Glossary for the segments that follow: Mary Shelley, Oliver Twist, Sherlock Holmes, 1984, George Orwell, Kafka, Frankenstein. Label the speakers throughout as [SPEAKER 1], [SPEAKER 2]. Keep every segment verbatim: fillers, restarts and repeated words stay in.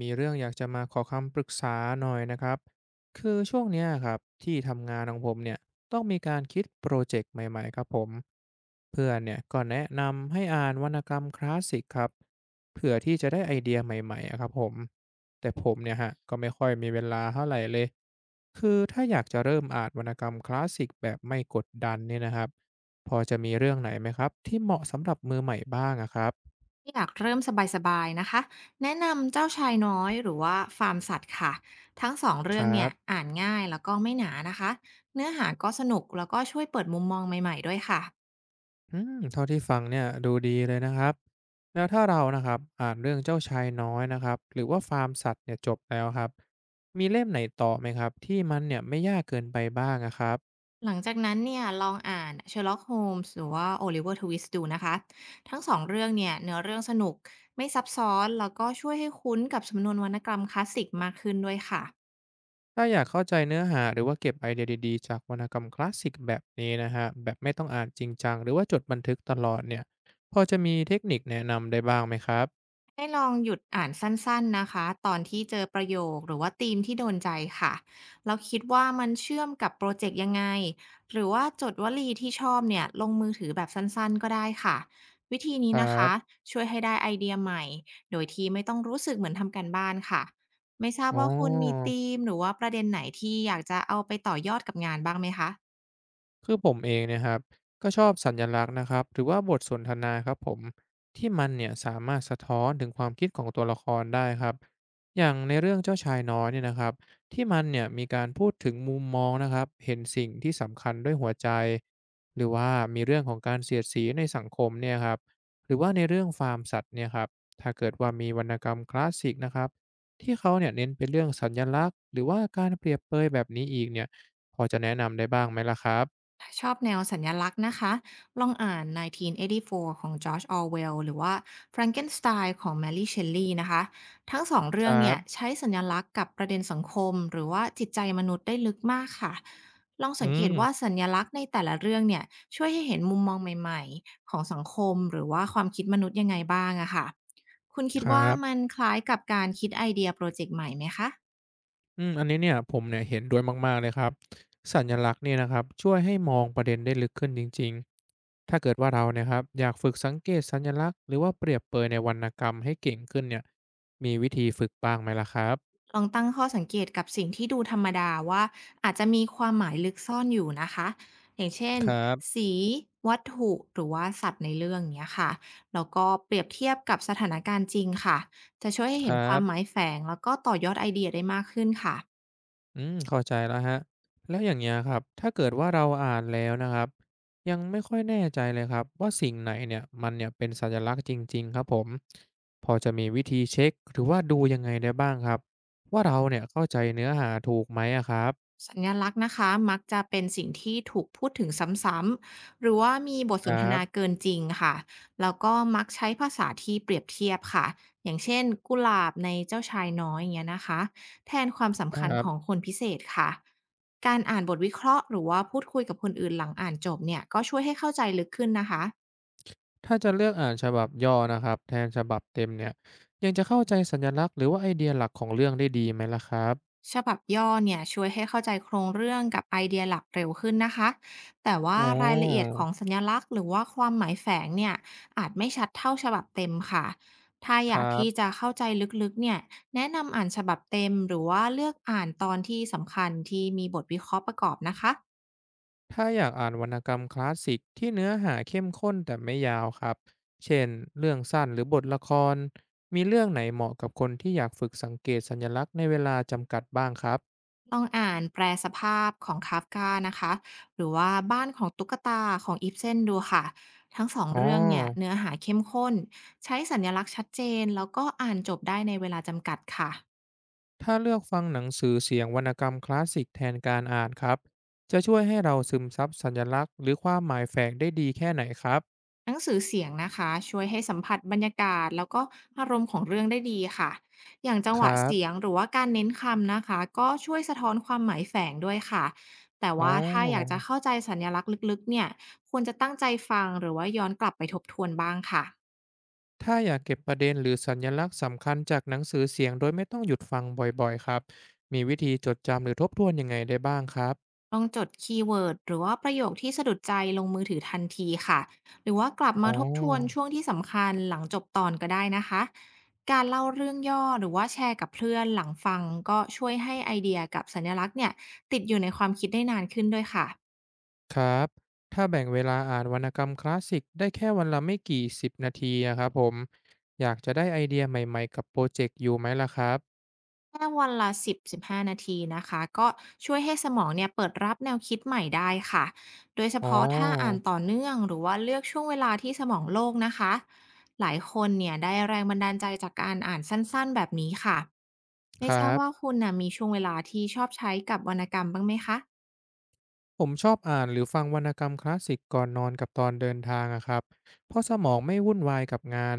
[SPEAKER 1] มีเรื่องอยากจะมาขอคำปรึกษาหน่อยนะครับคือช่วงเนี้ยครับที่ทำงานของผมเนี่ยต้องมีการคิดโปรเจกต์ใหม่ๆครับผมเพื่อนเนี่ยก็แนะนำให้อ่านวรรณกรรมคลาสสิกครับเผื่อที่จะได้ไอเดียใหม่ๆอะครับผมแต่ผมเนี่ยฮะก็ไม่ค่อยมีเวลาเท่าไหร่เลยคือถ้าอยากจะเริ่มอ่านวรรณกรรมคลาสสิกแบบไม่กดดันเนี่ยนะครับพอจะมีเรื่องไหนไหมครับที่เหมาะสำหรับมือใหม่บ้างอะครับ
[SPEAKER 2] อยากเริ่มสบายๆนะคะแนะนำเจ้าชายน้อยหรือว่าฟาร์มสัตว์ค่ะทั้งสอง
[SPEAKER 1] ค
[SPEAKER 2] เรื่อง
[SPEAKER 1] รั
[SPEAKER 2] เนี่ย
[SPEAKER 1] บ
[SPEAKER 2] อ่านง่ายแล้วก็ไม่หนานะคะเนื้อหาก็สนุกแล้วก็ช่วยเปิดมุมมองใหม่ๆด้วยค่ะ
[SPEAKER 1] อืมเท่าที่ฟังเนี่ยดูดีเลยนะครับแล้วถ้าเรานะครับอ่านเรื่องเจ้าชายน้อยนะครับหรือว่าฟาร์มสัตว์เนี่ยจบแล้วครับมีเล่มไหนต่อไหมครับที่มันเนี่ยไม่ยากเกินไปบ้างนะครับ
[SPEAKER 2] หลังจากนั้นเนี่ยลองอ่าน Sherlock Holmes หรือว่า Oliver Twist ดูนะคะทั้งสองเรื่องเนี่ยเนื้อเรื่องสนุกไม่ซับซ้อนแล้วก็ช่วยให้คุ้นกับสำนวนวรรณกรรมคลาสสิกมากขึ้นด้วยค่ะ
[SPEAKER 1] ถ้าอยากเข้าใจเนื้อหาหรือว่าเก็บไอเดียดีๆจากวรรณกรรมคลาสสิกแบบนี้นะฮะแบบไม่ต้องอ่านจริงจังหรือว่าจดบันทึกตลอดเนี่ยพอจะมีเทคนิคแนะนำได้บ้างไหมครับ
[SPEAKER 2] ให้ลองหยุดอ่านสั้นๆนะคะตอนที่เจอประโยคหรือว่าธีมที่โดนใจค่ะแล้วคิดว่ามันเชื่อมกับโปรเจกต์ยังไงหรือว่าจดวลีที่ชอบเนี่ยลงมือถือแบบสั้นๆก็ได้ค่ะวิธี
[SPEAKER 1] ค
[SPEAKER 2] นี้
[SPEAKER 1] รั
[SPEAKER 2] นะคะ
[SPEAKER 1] บ
[SPEAKER 2] ช่วยให้ได้ไอเดียใหม่โดยที่ไม่ต้องรู้สึกเหมือนทำการบ้านค่ะไม่ทราบ
[SPEAKER 1] อ๋อ
[SPEAKER 2] ว่าคุณมีธีมหรือว่าประเด็นไหนที่อยากจะเอาไปต่อยอดกับงานบ้างไหมคะ
[SPEAKER 1] คือผมเองเนะครับก็ชอบสัญลักษณ์นะครับหรือว่าบทสนทนาครับผมที่มันเนี่ยสามารถสะท้อนถึงความคิดของตัวละครได้ครับอย่างในเรื่องเจ้าชายน้อยเนี่ยนะครับที่มันเนี่ยมีการพูดถึงมุมมองนะครับเห็นสิ่งที่สำคัญด้วยหัวใจหรือว่ามีเรื่องของการเสียดสีในสังคมเนี่ยครับหรือว่าในเรื่องฟาร์มสัตว์เนี่ยครับถ้าเกิดว่ามีวรรณกรรมคลาสสิกนะครับที่เขาเนี่ยเน้นเป็นเรื่องสัญลักษณ์หรือว่าการเปรียบเปยแบบนี้อีกเนี่ยพอจะแนะนำได้บ้างไหมล่ะครับ
[SPEAKER 2] ถ้าชอบแนวสัญลักษณ์นะคะ ลองอ่าน หนึ่งพันเก้าร้อยแปดสิบสี่ ของ George Orwell หรือว่า Frankenstein ของ Mary Shelley นะคะ ทั้งสอง
[SPEAKER 1] ค
[SPEAKER 2] เรื่อ
[SPEAKER 1] รั
[SPEAKER 2] งเนี่ย
[SPEAKER 1] บ
[SPEAKER 2] ใช้สัญลักษณ์กับประเด็นสังคมหรือว่าจิตใจมนุษย์ได้ลึกมากค่ะ ลองสัง
[SPEAKER 1] อื
[SPEAKER 2] เกต
[SPEAKER 1] ม
[SPEAKER 2] ว่าสัญลักษณ์ในแต่ละเรื่องเนี่ยช่วยให้เห็นมุมมองใหม่ๆของสังคมหรือว่าความคิดมนุษย์ยังไงบ้างอะค่ะ คุณคิด
[SPEAKER 1] ครั
[SPEAKER 2] ว่ามั
[SPEAKER 1] บ
[SPEAKER 2] นคล้ายกับการคิดไอเดียโปรเจกต์ใหม่ไหมคะ
[SPEAKER 1] อืมอันนี้เนี่ยผมเนี่ยเห็นด้วยมากๆเลยครับ สัญลักษณ์เนี่ยนะครับช่วยให้มองประเด็นได้ลึกขึ้นจริงๆ ถ้าเกิดว่าเราเนี่ยครับอยากฝึกสังเกตสัญลักษณ์หรือว่าเปรียบเปยในวรรณกรรมให้เก่งขึ้นเนี่ยมีวิธีฝึกบ้างไหมล่ะครับ
[SPEAKER 2] ลองตั้งข้อสังเกตกับสิ่งที่ดูธรรมดาว่าอาจจะมีความหมายลึกซ่อนอยู่นะคะอย่างเช่น
[SPEAKER 1] ครับ
[SPEAKER 2] สีวัตถุหรือว่าสัตว์ในเรื่องเนี้ยค่ะแล้วก็เปรียบเทียบกับสถานการณ์จริงค่ะจะช่วยให้
[SPEAKER 1] ค
[SPEAKER 2] เห็น
[SPEAKER 1] รั
[SPEAKER 2] ความห
[SPEAKER 1] บ
[SPEAKER 2] มายแฝงแล้วก็ต่อยอดไอเดียได้มากขึ้นค่ะ
[SPEAKER 1] อืมเข้าใจแล้วฮะแล้วอย่างเงี้ยครับถ้าเกิดว่าเราอ่านแล้วนะครับยังไม่ค่อยแน่ใจเลยครับว่าสิ่งไหนเนี่ยมันเนี่ยเป็นสัญลักษณ์จริงๆครับผมพอจะมีวิธีเช็คหรือว่าดูยังไงได้บ้างครับว่าเราเนี่ยเข้าใจเนื้อหาถูกไหมอะครับ
[SPEAKER 2] สัญลักษณ์นะคะมักจะเป็นสิ่งที่ถูกพูดถึงซ้ำๆหรือว่ามีบท
[SPEAKER 1] ค
[SPEAKER 2] สน
[SPEAKER 1] รั
[SPEAKER 2] ทนา
[SPEAKER 1] บ
[SPEAKER 2] เกินจริงค่ะแล้วก็มักใช้ภาษาที่เปรียบเทียบค่ะอย่างเช่นกุหลาบในเจ้าชายน้อยอย่างเงี้ยนะคะแทนความ
[SPEAKER 1] ค
[SPEAKER 2] สำคัญ
[SPEAKER 1] รับ
[SPEAKER 2] ของคนพิเศษค่ะการอ่านบทวิเคราะห์หรือว่าพูดคุยกับคนอื่นหลังอ่านจบเนี่ยก็ช่วยให้เข้าใจลึกขึ้นนะคะ
[SPEAKER 1] ถ้าจะเลือกอ่านฉบับย่อนะครับแทนฉบับเต็มเนี่ยยังจะเข้าใจสัญลักษณ์หรือว่าไอเดียหลักของเรื่องได้ดีไหมล่ะครับ
[SPEAKER 2] ฉบับย่อเนี่ยช่วยให้เข้าใจโครงเรื่องกับไอเดียหลักเร็วขึ้นนะคะแต่ว่า
[SPEAKER 1] อ๋
[SPEAKER 2] รายละเอียด
[SPEAKER 1] อ
[SPEAKER 2] ของสัญลักษณ์หรือว่าความหมายแฝงเนี่ยอาจไม่ชัดเท่าฉบับเต็มค่ะถ้า
[SPEAKER 1] ค
[SPEAKER 2] อยา
[SPEAKER 1] รั
[SPEAKER 2] กที่
[SPEAKER 1] บ
[SPEAKER 2] จะเข้าใจลึกๆเนี่ยแนะนำอ่านฉบับเต็มหรือว่าเลือกอ่านตอนที่สำคัญที่มีบทวิเคราะห์ประกอบนะคะ
[SPEAKER 1] ถ้าอยากอ่านวรรณกรรมคลาสสิกที่เนื้อหาเข้มข้นแต่ไม่ยาวครับ เช่นเรื่องสั้นหรือบทละคร มีเรื่องไหนเหมาะกับคนที่อยากฝึกสังเกตสัญลักษณ์ในเวลาจำกัดบ้างครับ
[SPEAKER 2] ลองอ่านแปลสภาพของคาฟกานะคะหรือว่าบ้านของตุ๊กตาของอีฟเซนดูค่ะทั้งสอง
[SPEAKER 1] อ๋อ
[SPEAKER 2] เรื่องเนี่ยเนื้อหาเข้มข้นใช้สัญลักษณ์ชัดเจนแล้วก็อ่านจบได้ในเวลาจำกัดค่ะ
[SPEAKER 1] ถ้าเลือกฟังหนังสือเสียงวรรณกรรมคลาสสิกแทนการอ่านครับ จะช่วยให้เราซึมซับสัญลักษณ์หรือความหมายแฝงได้ดีแค่ไหนครับ
[SPEAKER 2] หนังสือเสียงนะคะช่วยให้สัมผัสบรรยากาศแล้วก็อารมณ์ของเรื่องได้ดีค่ะอย่างจัง
[SPEAKER 1] ค
[SPEAKER 2] ห
[SPEAKER 1] รั
[SPEAKER 2] วะเสี
[SPEAKER 1] บ
[SPEAKER 2] ยงหรือว่าการเน้นคำนะคะก็ช่วยสะท้อนความหมายแฝงด้วยค่ะแต่
[SPEAKER 1] อ๋อ
[SPEAKER 2] ว่าถ้าอยากจะเข้าใจสัญลักษณ์ลึกๆเนี่ยควรจะตั้งใจฟังหรือว่าย้อนกลับไปทบทวนบ้างค่ะ
[SPEAKER 1] ถ้าอยากเก็บประเด็นหรือสัญลักษณ์สำคัญจากหนังสือเสียงโดยไม่ต้องหยุดฟังบ่อยๆครับมีวิธีจดจำหรือทบทวนยังไงได้บ้างครับ
[SPEAKER 2] ลองจดคีย์เวิร์ดหรือว่าประโยคที่สะดุดใจลงมือถือทันทีค่ะหรือว่ากลับ
[SPEAKER 1] อ๋
[SPEAKER 2] มา
[SPEAKER 1] อ
[SPEAKER 2] ทบทวนช่วงที่สำคัญหลังจบตอนก็ได้นะคะการเล่าเรื่องย่อหรือว่าแชร์กับเพื่อนหลังฟังก็ช่วยให้ไอเดียกับสัญลักษณ์เนี่ยติดอยู่ในความคิดได้นานขึ้นด้วยค่ะ
[SPEAKER 1] ครับถ้าแบ่งเวลาอ่านวรรณกรรมคลาสสิกได้แค่วันละไม่กี่สิบนาทีอะครับผมอยากจะได้ไอเดียใหม่ๆกับโปรเจกต์อยู่ไหมล่ะครับ
[SPEAKER 2] แค่วันละสิบถึงสิบห้านาทีนะคะก็ช่วยให้สมองเนี่ยเปิดรับแนวคิดใหม่ได้ค่ะโดยเฉ
[SPEAKER 1] อ๋
[SPEAKER 2] พาะถ้าอ่าน
[SPEAKER 1] อ
[SPEAKER 2] ต่อเนื่องหรือว่าเลือกช่วงเวลาที่สมองโล่งนะคะหลายคนเนี่ยได้แรงบันดาลใจจากการอ่านสั้นๆแบบนี้ค่ะ
[SPEAKER 1] ค
[SPEAKER 2] ไม่
[SPEAKER 1] รั
[SPEAKER 2] ทราบว่า
[SPEAKER 1] บ
[SPEAKER 2] คุณนะมีช่วงเวลาที่ชอบใช้กับวรรณกรรมบ้างไหมคะ
[SPEAKER 1] ผมชอบอ่านหรือฟังวรรณกรรมคลาสสิกก่อนนอนกับตอนเดินทางอะครับเพราะสมองไม่วุ่นวายกับงาน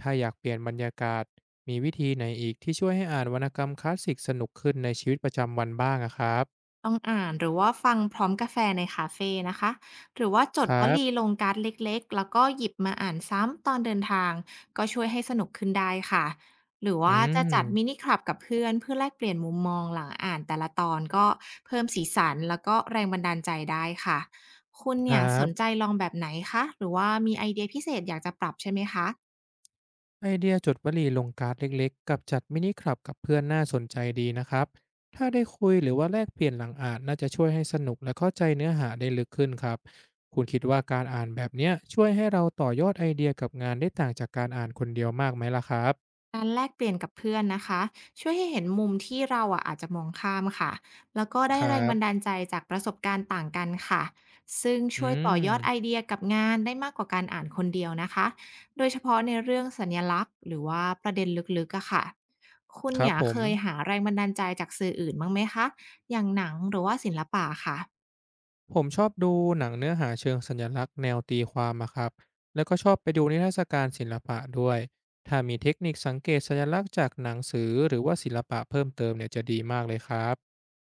[SPEAKER 1] ถ้าอยากเปลี่ยนบรรยากาศมีวิธีไหนอีกที่ช่วยให้อ่านวรรณกรรมคลาสสิกสนุกขึ้นในชีวิตประจำวันบ้างอะครับ
[SPEAKER 2] ต้องอ่านหรือว่าฟังพร้อมกาแฟในคาเฟนะคะหรือว่าจ
[SPEAKER 1] ค
[SPEAKER 2] ดว
[SPEAKER 1] รั
[SPEAKER 2] ลี
[SPEAKER 1] บ
[SPEAKER 2] ลงการ์ดเล็กๆแล้วก็หยิบมาอ่านซ้ำตอนเดินทางก็ช่วยให้สนุกขึ้นได้ค่ะหรือ
[SPEAKER 1] อื
[SPEAKER 2] ว่าจะจัดมิ
[SPEAKER 1] ม
[SPEAKER 2] นิคลับกับเพื่อนเพื่อแลกเปลี่ยนมุมมองหลังอ่านแต่ละตอนก็เพิ่มสีสันแล้วก็แรงบันดาลใจได้ค่ะคุณ
[SPEAKER 1] ค
[SPEAKER 2] เนี่
[SPEAKER 1] รั
[SPEAKER 2] ยสนใจ
[SPEAKER 1] บ
[SPEAKER 2] ลองแบบไหนคะหรือว่ามีไอเดียพิเศษอยากจะปรับใช่ไหมคะ
[SPEAKER 1] ไอเดียจดวลีลงการ์ดเล็กๆกับจัดมินิคลับกับเพื่อนน่าสนใจดีนะครับ ถ้าได้คุยหรือว่าแลกเปลี่ยนหลังอ่านน่าจะช่วยให้สนุกและเข้าใจเนื้อหาได้ลึกขึ้นครับ คุณคิดว่าการอ่านแบบเนี้ยช่วยให้เราต่อยอดไอเดียกับงานได้ต่างจากการอ่านคนเดียวมากไหมล่ะครับ
[SPEAKER 2] การแลกเปลี่ยนกับเพื่อนนะคะช่วยให้เห็นมุมที่เราอะอาจจะมองข้ามค่ะแล้วก็
[SPEAKER 1] ค
[SPEAKER 2] ได้
[SPEAKER 1] รั
[SPEAKER 2] แรงบัน
[SPEAKER 1] บ
[SPEAKER 2] ดาลใจจากประสบการณ์ต่างกันค่ะซึ่ง
[SPEAKER 1] อื
[SPEAKER 2] ช่วยต่อ
[SPEAKER 1] ม
[SPEAKER 2] ยอดไอเดียกับงานได้มากกว่าการอ่านคนเดียวนะคะโดยเฉพาะในเรื่องสัญลักษณ์หรือว่าประเด็นลึกๆอะค่ะคุณ
[SPEAKER 1] ครับ
[SPEAKER 2] เนี่ย
[SPEAKER 1] ผ
[SPEAKER 2] เค
[SPEAKER 1] ม
[SPEAKER 2] ยหาแรงบันดาลใจจากสื่ออื่นบ้างไหมคะอย่างหนังหรือว่าศิลปะค่ะ
[SPEAKER 1] ผมชอบดูหนังเนื้อหาเชิงสัญลักษณ์แนวตีความอะครับ แล้วก็ชอบไปดูนิทรรศการศิลปะด้วยถ้ามีเทคนิคสังเกตสัญลักษณ์จากหนังสือหรือว่าศิลปะเพิ่มเติมเนี่ยจะดีมากเลยครับ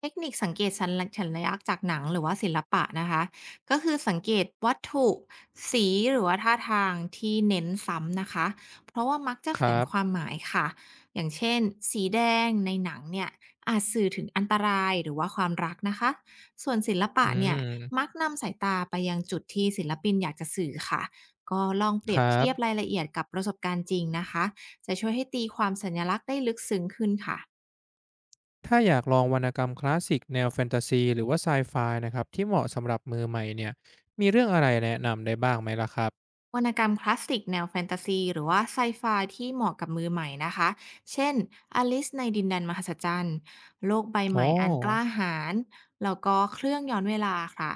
[SPEAKER 2] เทคนิคสังเกตสัญลักษณ์สัญลักษณ์จากหนังหรือว่าศิลปะนะคะก็คือสังเกตวัตถุสีหรือว่าท่าทางที่เน้นซ้ำนะคะเพราะว่ามักจะ
[SPEAKER 1] ค
[SPEAKER 2] แฝ
[SPEAKER 1] รั
[SPEAKER 2] งควา
[SPEAKER 1] บ
[SPEAKER 2] มหมายค่ะอย่างเช่นสีแดงในหนังเนี่ยอาจสื่อถึงอันตรายหรือว่าความรักนะคะส่วนศิล
[SPEAKER 1] อื
[SPEAKER 2] ปะเนี่ย
[SPEAKER 1] ม
[SPEAKER 2] มักนำสายตาไปยังจุดที่ศิลปินอยากจะสื่อค่ะก็ลองเป
[SPEAKER 1] ค
[SPEAKER 2] รียบ
[SPEAKER 1] รั
[SPEAKER 2] เทียบ
[SPEAKER 1] บ
[SPEAKER 2] รายละเอียดกับประสบการณ์จริงนะคะจะช่วยให้ตีความสัญลักษณ์ได้ลึกซึ้งขึ้นค่ะ
[SPEAKER 1] ถ้าอยากลองวรรณกรรมคลาสสิกแนวแฟนตาซีหรือว่าไซไฟนะครับที่เหมาะสำหรับมือใหม่เนี่ยมีเรื่องอะไรแนะนำได้บ้างไหมล่ะครับ
[SPEAKER 2] วรรณกรรมคลาสสิกแนวแฟนตาซีหรือว่าไซไฟที่เหมาะกับมือใหม่นะคะ เช่นอลิซในดินแดนมหัศจรรย์ โลกใบ
[SPEAKER 1] อ๋
[SPEAKER 2] ให
[SPEAKER 1] อ
[SPEAKER 2] ม่อันกล้าหาญแล้วก็เครื่องย้อนเวลาค่ะ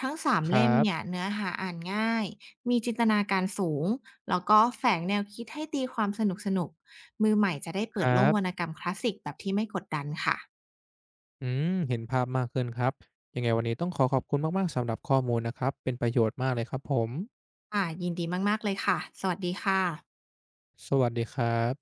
[SPEAKER 2] ทั้งสาม
[SPEAKER 1] ครั
[SPEAKER 2] เล่มเนี่ย
[SPEAKER 1] บ
[SPEAKER 2] เนื้อหาอ่านง่าย มีจินตนาการสูง แล้วก็แฝงแนวคิดให้ตีความสนุกสนุกมือใหม่จะได้
[SPEAKER 1] ค
[SPEAKER 2] เปิดโล
[SPEAKER 1] รั
[SPEAKER 2] กวรรณ
[SPEAKER 1] บ
[SPEAKER 2] กรรมคลาสสิกแบบที่ไม่กดดันค่ะ
[SPEAKER 1] อืมเห็นภาพมากขึ้นครับยังไงวันนี้ต้องขอขอบคุณมากๆสำหรับข้อมูลนะครับเป็นประโยชน์มากเลยครับผม
[SPEAKER 2] อ่ายินดีมากๆเลยค่ะ สวัสดีค่ะ
[SPEAKER 1] สวัสดีครับ